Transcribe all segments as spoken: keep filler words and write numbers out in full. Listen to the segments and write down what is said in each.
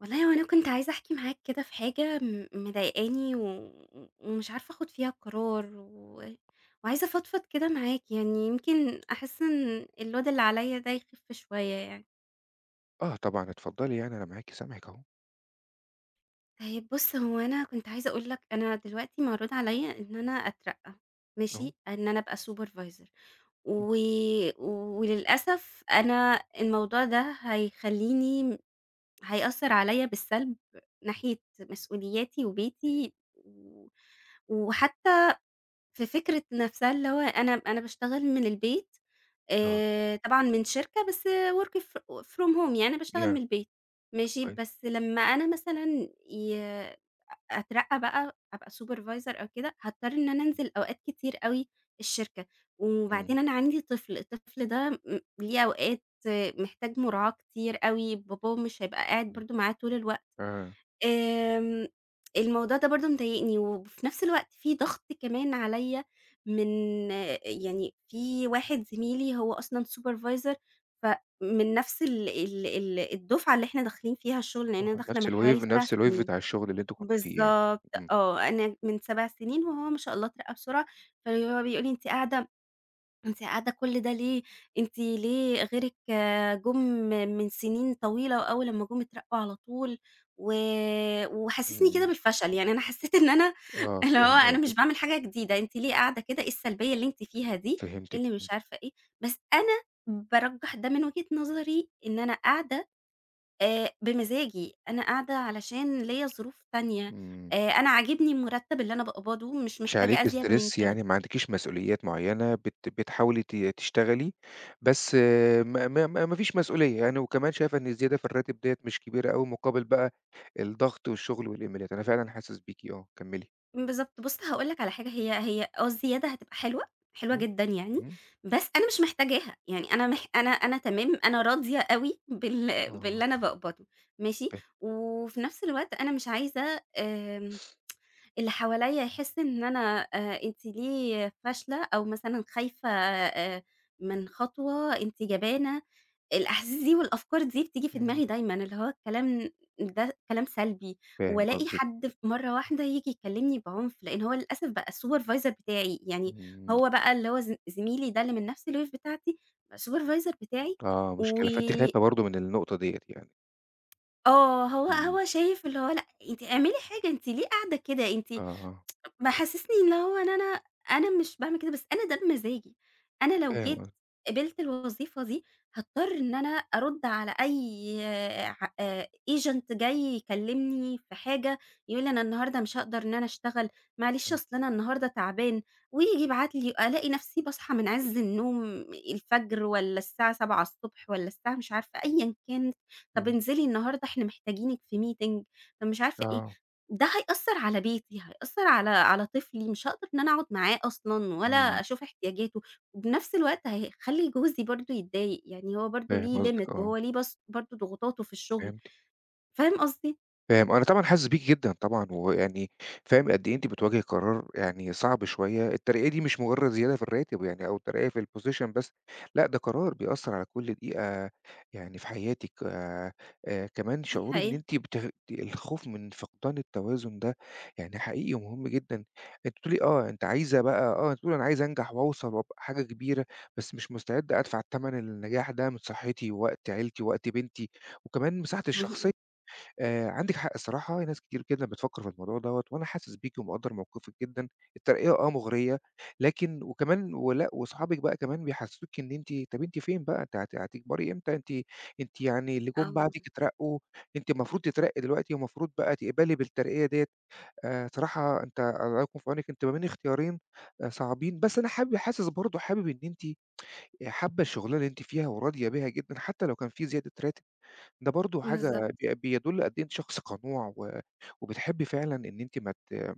والله هو أنا كنت عايزة أحكي معاك كده في حاجة م مضايقاني و ومش عارفة آخُد فيها قرار و وعايزة أفضفض كده معاك، يعني يمكن أحس إن الload اللي عليّا ده يخِف شوية يعني. آه طبعًا، اتفضّلي يعني أنا معاكِ سامعِك أهو، طيب بُص، هو أنا كنت عايزة أقول لك أنا دلوقتي معروض عليّا إن أنا أترقّى، أهو، ماشي، إن أنا أبقى supervisor. إمم، و وللأسف أنا الموضوع ده هيخلّيني، هيأثّر عليَّ بالسلب ناحية مسؤولياتي وبيتي و وحتى في فكرة نَفْسها اللي هو أنا أنا باشتغل من البيت، آه، آآ طبعًا من شركة. بس work ف from home، يعني باشتغل من يعني البيت، ماشي. كويس، بس لمّا أنا مثلًا ي أ أترقّى بقى، أبقى supervisor أو كده، هاضطر إن أنا أنزل أوقات كتير أوي الشركة. إمم، وبعدين أنا عندي طفل، الطفل ده م ليه أوقات محتاج مراعاة كتير أوي، باباه مش هيبقى قاعد إمم، برضه معاه طول الوقت. آه، آمم، الموضوع ده برضه مضايقني، وفي نفس الوقت في ضغط كمان عليّا من، يعني في واحد زميلي هو أصلًا supervisor، فمن نفس ال ال ال الدفعة اللي إحنا داخلين فيها الشغل، لإن أنا آه، داخلة نفس من حوالي الwave سبع نفس الwave سنين. بتاع الشغل اللي أنتِ كنتِ فيه يعني، بالضبط، إمم، آه، أنا من سبع سنين وهو ما شاء الله اترقى بسرعة، فهو بيقول لي: "أنتِ قاعدة أنتِ قاعدة كل ده ليه؟ أنتِ ليه غيرِك، آه، جُم من سنين طويلة وأول لمّا جُم اترقّوا على طول". و وحسّسني كده إمم، بالفشل، يعني أنا حسّيت إن أنا آه اللي هو فاهم أنا قصدِك، مش باعمل حاجة جديدة، أنتِ ليه قاعدة كده، إيه السلبية اللي أنتِ فيها دي، إيه فهمتِك، اللي إمم، مش عارفة إيه. بس أنا بارجّح ده من وجهة نظري، إن أنا قاعدة آآ بمزاجي، أنا قاعدة علشان ليّا ظروف تانية، إمم، آآ أنا عاجبني المرتّب اللي أنا باقبضه، مش مش عليكِ محتاجة أزيد من stress كده. يعني ما عندكيش مسؤوليات معيّنة بت بتحاولي ت تشتغلي، بس ما ما ما ما فيش مسؤولية يعني، وكمان شايفة إن الزيادة في الراتب ديّة مش كبيرة أوي مقابل بقى الضغط والشغل والإيميلات، أنا فعلًا حاسس بيكِ، آه، كمّلي، بالضبط. بُص هاقول لك على حاجة، هي هي آه الزيادة هتبقى حلوة، حلوة إمم، جدًا يعني، إمم، بس أنا مش محتاجاها، يعني أنا مح أنا أنا تمام، أنا راضية أوي بال آه، باللي أنا باقبضه، ماشي. فاهم، وفي نفس الوقت أنا مش عايزة آمم، اللي حواليّا يحس إن أنا، آآ، أنتِ ليه فاشلة، أو مثلًا خايفة، آآ، من خطوة، أنتِ جبانة. الأحاسيس دي والأفكار دي بتيجي في إمم. دماغي دايمًا، اللي هو الكلام ده كلام سلبي. فاهم وألاقي قصدِك، حد، ف مرّة واحدة ييجي يكلمني بعنف، لإن هو للأسف بقى الsupervisor بتاعي، يعني إمم، هو بقى اللي هو، ز زميلي ده اللي من نفس الwave بتاعتي، بقى supervisor بتاعي. آه و مشكلة، فأنتِ خايفة برضه من النقطة ديّة يعني، آه، هو إمم، هو شايف اللي هو: "لأ، أنتِ اعملي حاجة، أنتِ ليه قاعدة كده؟" أنتِ آه، آه، محسسني اللي هو إن أنا أنا مش باعمل كده، بس أنا ده بمزاجي. أنا لو فاهم جيت قصدِك، قبلت الوظيفة دي، هاضطر إن أنا أرُدّ على أي، ع آآ agent جاي يكلمني في حاجة، يقول لي: "أنا النهارده مش هاقدر إن أنا أشتغل، معلش إمم، أصل أنا النهارده تعبان". وييجي يبعت لي، ألاقي نفسي باصحى من عز النوم، الفجر والّا الساعة سبعة والّا الساعة مش عارفة أيًا كانت: "طب إمم، انزلي النهارده، إحنا محتاجينِك في meeting، طب مش عارفة إيه". آه، ده هيأثّر على بيتي، هيأثّر على على طفلي، مش هاقدر إن أنا أقعد معاه أصلًا ولا إمم، أشوف احتياجاته. وبنفْس الوقت هيخلّي جوزي برضه يتضايق، يعني هو برضه فاهم ليه قصدِك limit، آه، وهو ليه بس برضه ضغوطاته في الشغل. فهمتِك. فاهم قصدي؟ فاهم، أنا طبعًا حاسس بيكِ جدًا طبعًا، ويعني فاهم قد إيه أنتِ بتواجهي قرار يعني صعب شوية، الترقية دي مش مجرد زيادة في الراتب يعني أو ترقية في الposition بس، لأ ده قرار بيأثّر على كل دقيقة يعني في حياتِك، آآ، آآ، كمان دي شعور إن حقيقة. أنتِ بت الخوف من فقدان التوازن ده يعني حقيقي ومهم جدًا، أنتِ بتقولي آه، أنتِ عايزة بقى آه، أنتِ بتقولي أنا عايزة أنجح وأوصل وأبقى حاجة كبيرة، بس مش مستعدة أدفع تمن النجاح ده من صحتي ووقت عيلتي ووقت بنتي، وكمان مساحتي الشخصية. اهم. آآ عندِك حق الصراحة، ناس كتير جدًا بتفكّر في الموضوع دوّة، وأنا حاسس بيكِ ومقدّر موقفِك جدًا، الترقية آه مغرية، لكن وكمان ولأ وصحابِك بقى كمان بيحسّسوكِ إن أنتِ طَب أنتِ فين بقى، أنتِ هت هتكبري إمتى، أنتِ أنتِ يعني اللي جُم آه، بعدِك اترقّوا، أنتِ المفروض تترقّي دلوقتي والمفروض بقى تقبلي بالترقية ديّة، آآ صراحة أنت الله يكون في عونِك، أنتِ ما بين اختيارين آآ صعبين، بس أنا حابب حاسس برضه حابب إن أنتِ حابة الشغلانة اللي أنتِ فيها وراضية بيها جدًا، حتى لو كان في زيادة راتب. ده برضه حاجة بالضبط، بي بيدُل قد إيه أنتِ شخص قنوع و وبتحبّي فعلًا إن أنتِ ما ت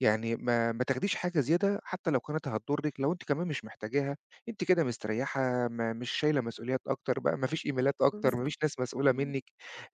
يعني ما ما تاخديش حاجة زيادة حتى لو كانت هتضُرِّك، لو أنتِ كمان مش محتاجاها، أنتِ كده مستريّحة، ما مش شايلة مسؤوليات أكتر بقى، ما فيش إيميلات أكتر، ما بالضبط. فيش ناس مسؤولة إمم، منِّك،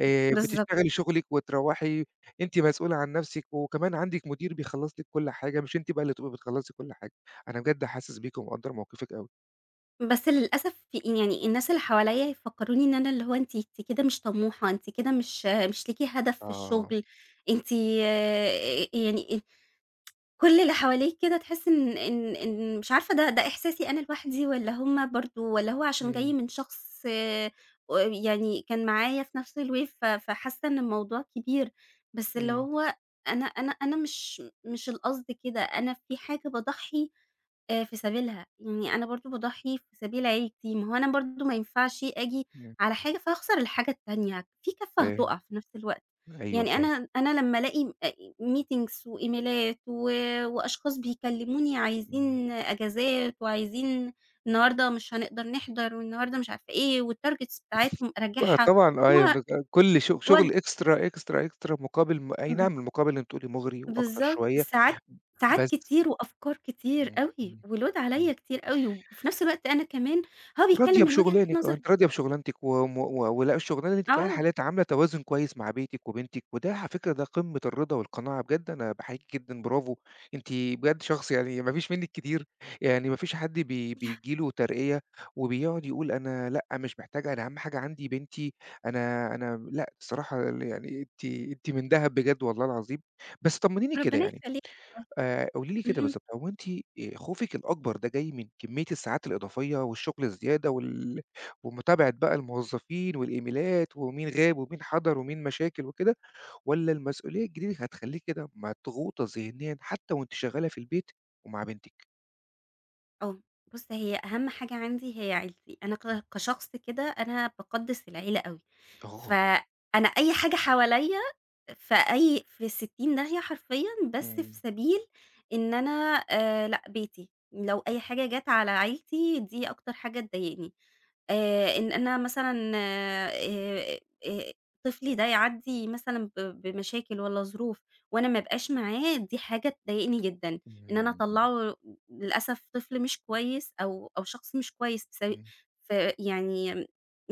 آآ بالضبط. بتشتغلي شُغلِك وتروّحي، أنتِ مسؤولة عن نَفْسِك وكمان عندِك مدير بيخلّص لِك كل حاجة، مش أنتِ بقى اللي تبقي بتخلّصي كل حاجة. أنا بجد حاسس بيكِ ومقدّر موقفِك أوي. بس للأسف في، يعني الناس اللي حواليّا يفكّروني إن أنا، اللي هو: أنتِ أنتِ كده مش طموحة، أنتِ كده مش مش ليكِ هدف في آه. الشغل، أنتِ، آه، يعني". كل اللي حواليك كده، تحسّي إن إن إن مش عارفة ده ده إحساسي أنا لوحدي والّا هُم برضه، والّا هو عشان جاي إمم، من شخص، آآ، يعني كان معايا في نفْس الwave، ف فحاسّة إن الموضوع كبير. بس اللي إمم، هو، أنا أنا أنا مش مش القصد كده، أنا في حاجة باضحّي، آآ، في سبيلها، يعني أنا برضه باضحّي في سبيل عيلتي، ما هو أنا برضه ما ينفعش آجي إمم، على حاجة فاخسر الحاجة التانية، في كَفّة فاهم، هتُقع في نفْس الوقت. أيوه يعني فاهم، أنا أنا لمّا ألاقي أ meetings وإيميلات و وأشخاص بيكلموني إمم. عايزين أجازات، وعايزين النهارده مش هنقدر نحضر، والنهارده مش عارفة إيه، والtargets بتاعتهم آه أراجعها، طبعًا آه، و يعني كل ش وأج شغل إكسترا، إكسترا، إكسترا مقابل م أي ب نعم المقابل اللي أنتِ بتقولي مُغري وأكتر بالضبط، شوية، ساعات ساعات بس كتير، وأفكار كتير إمم، أوي، إمم، وload إمم. عليّا كتير أوي. وفي نفس الوقت أنا كمان، هو بيتكلم راضية من وجهة بشُغلانِك آه، نظري، أنتِ راضية بشُغلانتِك وم و ولا الشُغلانة اللي أنتِ فيها آه. الحالية عاملة توازن كويس مع بيتِك وبنتِك، وده على فكرة ده قمة الرضا والقناعة بجد أنا باحييكِ جدًا برافو، أنتِ بجد شخص يعني ما فيش منِّك كتير، يعني ما فيش حد بي بييجي له ترقية وبيقعد يقول أنا لأ مش محتاج أنا أهم حاجة عندي بنتي، أنا أنا لأ الصراحة ال يعني أنتِ أنتِ من دهب بجد والله العظيم، بس طمنيني كده ربنا يعني يخلّيك، والله. آآ قولي لي كده اهم. بالضبط، هو أنتِ آآ خوفِك الأكبر ده جاي من كمية الساعات الإضافية والشغل الزيادة وال ومتابعة بقى الموظفين والإيميلات ومين غاب ومين حضر ومين مشاكل وكده، والّا المسؤولية الجديدة هتخلّيكِ كده مضغوطة ذهنيًا حتى وأنتِ شغالة في البيت ومع بنتِك؟ آه. بُص، هي أهم حاجة عندي هي عيلتي، أنا ك كشخص كده، أنا باقدّس العيلة أوي. آه. فأنا أي حاجة حواليّا في أي في ستين داهية حرفيًا، بس في إمم. سبيل إن أنا، آآ لأ، بيتي. لو أي حاجة جات على عيلتي، دي أكتر حاجة تضايقني، آآ إن أنا مثلًا، آآ آآ طفلي ده يعدّي مثلًا ب بمشاكل والّا ظروف، وأنا ما ابقاش معاه، دي حاجة تضايقني جدًا. إن أنا إمم، إمم، أطلّعه للأسف طفل مش كويس، أو أو شخص مش كويس، بسب إمم. فيعني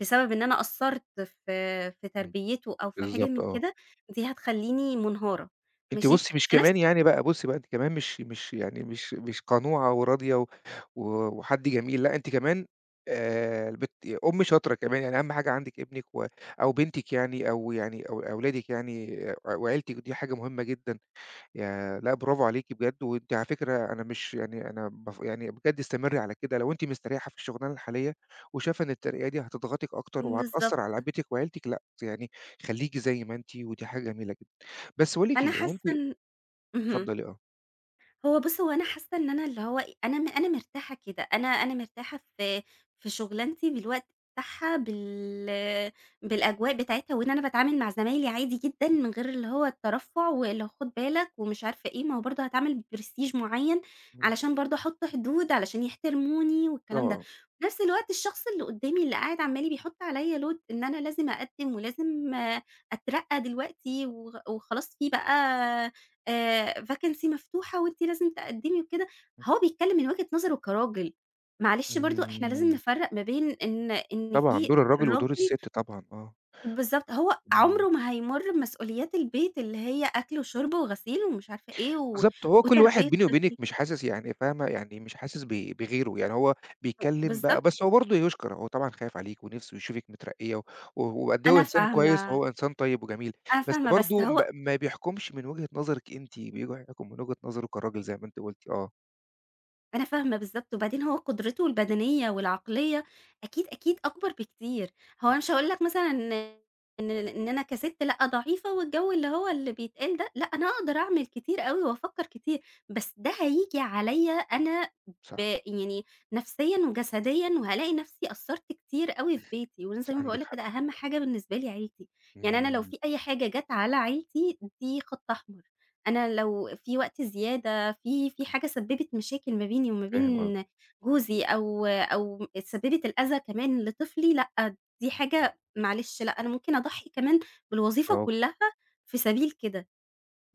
بسبب إن أنا قصّرت في في تربيته، أو في حاجة بالضبط من آه. كده، دي هتخلّيني منهارة. أنتِ ماشي. بُصّي مش في نفس كمان يعني بقى، بُصّي بقى أنتِ كمان مش مش يعني مش مش قنوعة وراضية و و وحد جميل، لأ أنتِ كمان آآ بت أُم شاطرة كمان، يعني أهم حاجة عندِك ابنِك و أو بنتِك يعني أو يعني أو أولادِك يعني وعيلتِك، ودي حاجة مهمة جدًا. يا لأ برافو عليكِ بجد، وأنتِ على فكرة أنا مش يعني أنا باف يعني بجد استمري على كده، لو أنتِ مستريحة في الشغلانة الحالية وشايفة إن الترقية دي هتضغطِك أكتر بالضبط. وهتأثّر على بيتِك وعيلتِك، لأ يعني خلّيكِ زي ما أنتِ، ودي حاجة جميلة جدًا. بس باقول لِك أنا إيه، هو أنتِ حاسة إن، اهم. اتفضّلي آه. هو بُص، هو أنا حاسة إن أنا اللي هو إيه، أنا م أنا مرتاحة كده، أنا أنا مرتاحة في في شُغلانتي بالوقت بتاعها، بال بالأجواء بتاعتها، وإن أنا باتعامل مع زمايلي عادي جدًا، إمم، من غير اللي هو الترفُّع واللي هو خُد بالك ومش عارفة إيه. ما هو برضه هاتعامل بprestige معيّن، إمم. علشان برضه أحُط حدود علشان يحترموني آه، والكلام ده. آه. في نفس الوقت الشخص اللي قُدّامي اللي قاعد عَمّال بيحُط عليّا load إن أنا لازم أقدِّم ولازم، آه، أترقّى دلوقتي، وغ وخلاص في بقى آآ vacancy مفتوحة، وأنتِ لازم تقدّمي وكده. هو بيتكلّم من وجهة نظره كراجل، معلش برضه إحنا لازم إمم. نفرّق ما بين إن إن طبعًا في دور الرجل ودور راجل. الست طبعًا آه. بالضبط، هو إمم. عمره ما هيمُر بمسؤوليات البيت، اللي هي أكْل وشُرْب وغسيل ومش عارفة إيه و بالضبط، هو كل وتربية واحد بيني وبينِك طفل. مش حاسس يعني فاهمة، يعني مش حاسس ب بغيره، يعني هو و بيتكلّم بقى بالضبط. بس هو برضه يُشكر، هو طبعًا خايف عليكِ ونِفْسه يشوفِك مترقّية و وقد إيه هو أنا إنسان كويس فاهمة، وهو إنسان طيب وجميل، أنا بس فاهمة، بس برضه ب هو ما بيحكمش من وجهة نظرِك أنتِ، بيحكم من وجهة نظره كراجل زي ما أنتِ قُلتِ آه، أنا فاهمة بالضبط. وبعدين هو قدرته البدنية والعقلية أكيد، أكيد أكبر بكتير. هو إمم. أنا مش هاقول لك مثلًا إن إن إن أنا كسِت، لأ، ضعيفة والجو اللي هو اللي بيتقال ده. لأ، أنا أقدر أعمل كتير أوي، وأفكّر كتير، بس ده هييجي عليَّ أنا، ب صح، يعني نفسيًا وجسديًا، وهالاقي نفسي قصّرت كتير أوي في بيتي. وأنا صح زي ما باقول عندِك لك حق. كده، أهم حاجة بالنسبة لي عيلتي، يعني أنا لو إمم. في أي حاجة جات على عيلتي، دي خط أحمر. أنا لو في وقت زيادة، في في حاجة سبّبت مشاكل ما بيني وما فاهم قصدِك، بين جوزي، أو أو سبّبت الأذى كمان لطفلي، لأ، دي حاجة معلش، لأ. أنا ممكن أضحّي كمان بالوظيفة برافو. كُلّها في سبيل كده.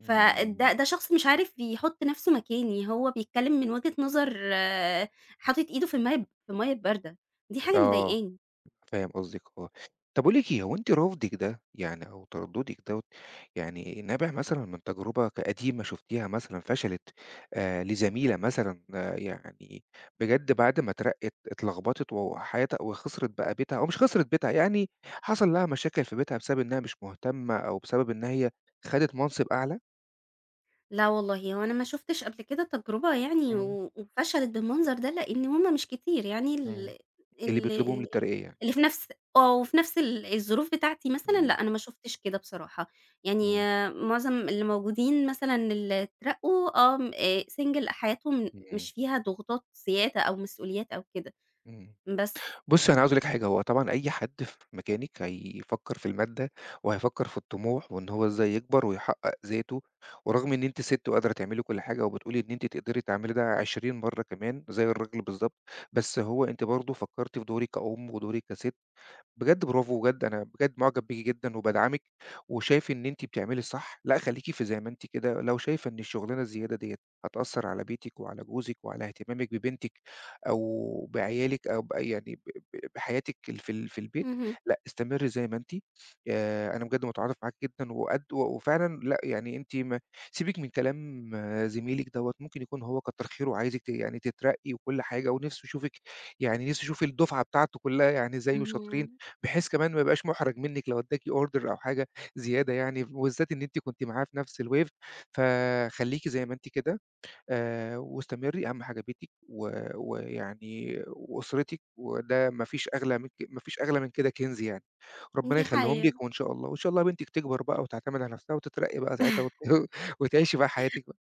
إمم. ده شخص مش عارف يحُط نَفْسه مكاني، هو بيتكلّم من وجهة نظر، آه، حاطط إيده في المَيّة في المَيّة الباردة، دي حاجة آه. مضايقاني. فاهم قصدِك آه. طب باقول لِك إيه، هو أنتِ رفضِك ده يعني أو تردُّدِك دوّة يعني نابع مثلًا من تجربة ك قديمة شُفتيها مثلًا فشلت آآ لزميلة مثلًا آه يعني بجد بعد ما اترقِّت اتلخبطت وحياتها وخسرت بقى بيتها أو مش خسرت بيتها، يعني حصل لها مشاكل في بيتها بسبب إنها مش مهتمة أو بسبب إن هي خدت منصب أعلى لا والله، هو أنا ما شُفتش قبل كده تجربة يعني إمم، و وفشلت بالمنظر ده، لإن هم مش كتير، يعني ال إمم. اللي ال بيطلبوهم ال للترقية يعني. اللي في نفس، آه، وفي نفس ال الظروف بتاعتي، مثلًا إمم، لأ، أنا ما شُفتش كده بصراحة. يعني إمم، آه، معظم اللي موجودين مثلًا اللي اترقّوا، آه، م آآ single، حياتهم إمم، مش فيها ضغوطات زيادة أو مسؤوليات أو كده، إمم. بس. بُصّي، أنا عاوز أقول لِك حاجة، هو طبعًا أي حد في مكانِك هيفكّر في المادة وهيفكّر في الطموح وإن هو إزاي يكبر ويحقّق ذاته، ورغم إن أنتِ سِت وقادرة تعملي كل حاجة وبتقولي إن أنتِ تقدري تعملي ده عشرين مرّة كمان زي الراجل بالضبط، بس هو أنتِ برضه فكّرتِ في دورِك كأُم ودورِك كسِت بجد برافو، بجد أنا بجد معجب بيكِ جدًا وبادعمِك، وشايف إن أنتِ بتعملي الصح، لأ خليكِ في زي ما أنتِ كده، لو شايفة إن الشغلانة الزيادة ديّة هتأثّر على بيتِك وعلى جوزِك وعلى اهتمامِك ببنتِك أو بعيالِك أو ب يعني ب ب بحياتِك ال في ال في البيت، اهم، لأ استمري زي ما أنتِ، آآ أنا بجد متعاطف معاكِ جدًا وقد و وفعلًا لأ يعني أنتِ ما سيبِك من كلام آه، زميلِك دوّة، ممكن يكون هو كتّر خيره وعايزِك ت يعني تترقّي وكل حاجة ونِفْسه يشوفِك يعني نِفْسه يشوف الدُفعة بتاعته كلّها يعني زيه شاطرين. اهم، بحيث كمان ما يبقاش مُحرَج منِّك لو ادّاكِ order أو حاجة زيادة يعني، وبالذات إن أنتِ كنتِ معاه في نفس الwave فخلّيكِ زي ما أنتِ كده آآ، واستمري أهم حاجة بيتِك و ويعني وأسرتِك، وده ما فيش أغلى من ك ما فيش أغلى من كده كنز يعني، ربنا دي يخلّيهم لِك حقيقة. وإن شاء الله، وإن شاء الله بنتِك تكبر بقى وتعتمد على نفسها وتترقّي بقى ساعتها وت وتعيشي بقى حياتِك بقى،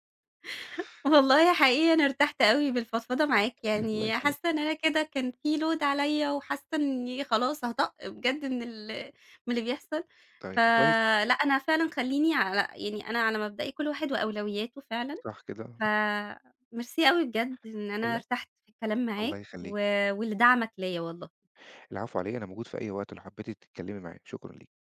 والله، حقيقي أنا ارتحت أوي بالفضفضة معاك، الله يعني يخلّيكِ، حاسة إن أنا كده كان في load عليَّ، وحاسة إني خلاص هاطق بجد من ال من اللي بيحصل. طيب كويس، فلأ، أنا فعلًا خلّيني على، يعني أنا على مبدئي، كل واحد وأولوياته فعلًا. صح كده، فميرسي أوي بجد إن أنا لأ، ارتحت في الكلام الله معاك، و يخلّيكِ، ولدعمك ليّا والله. العفو على إيه، أنا موجود في أي وقت لو حبّيتِ تتكلّمي معايا، شكرًا ليكِ.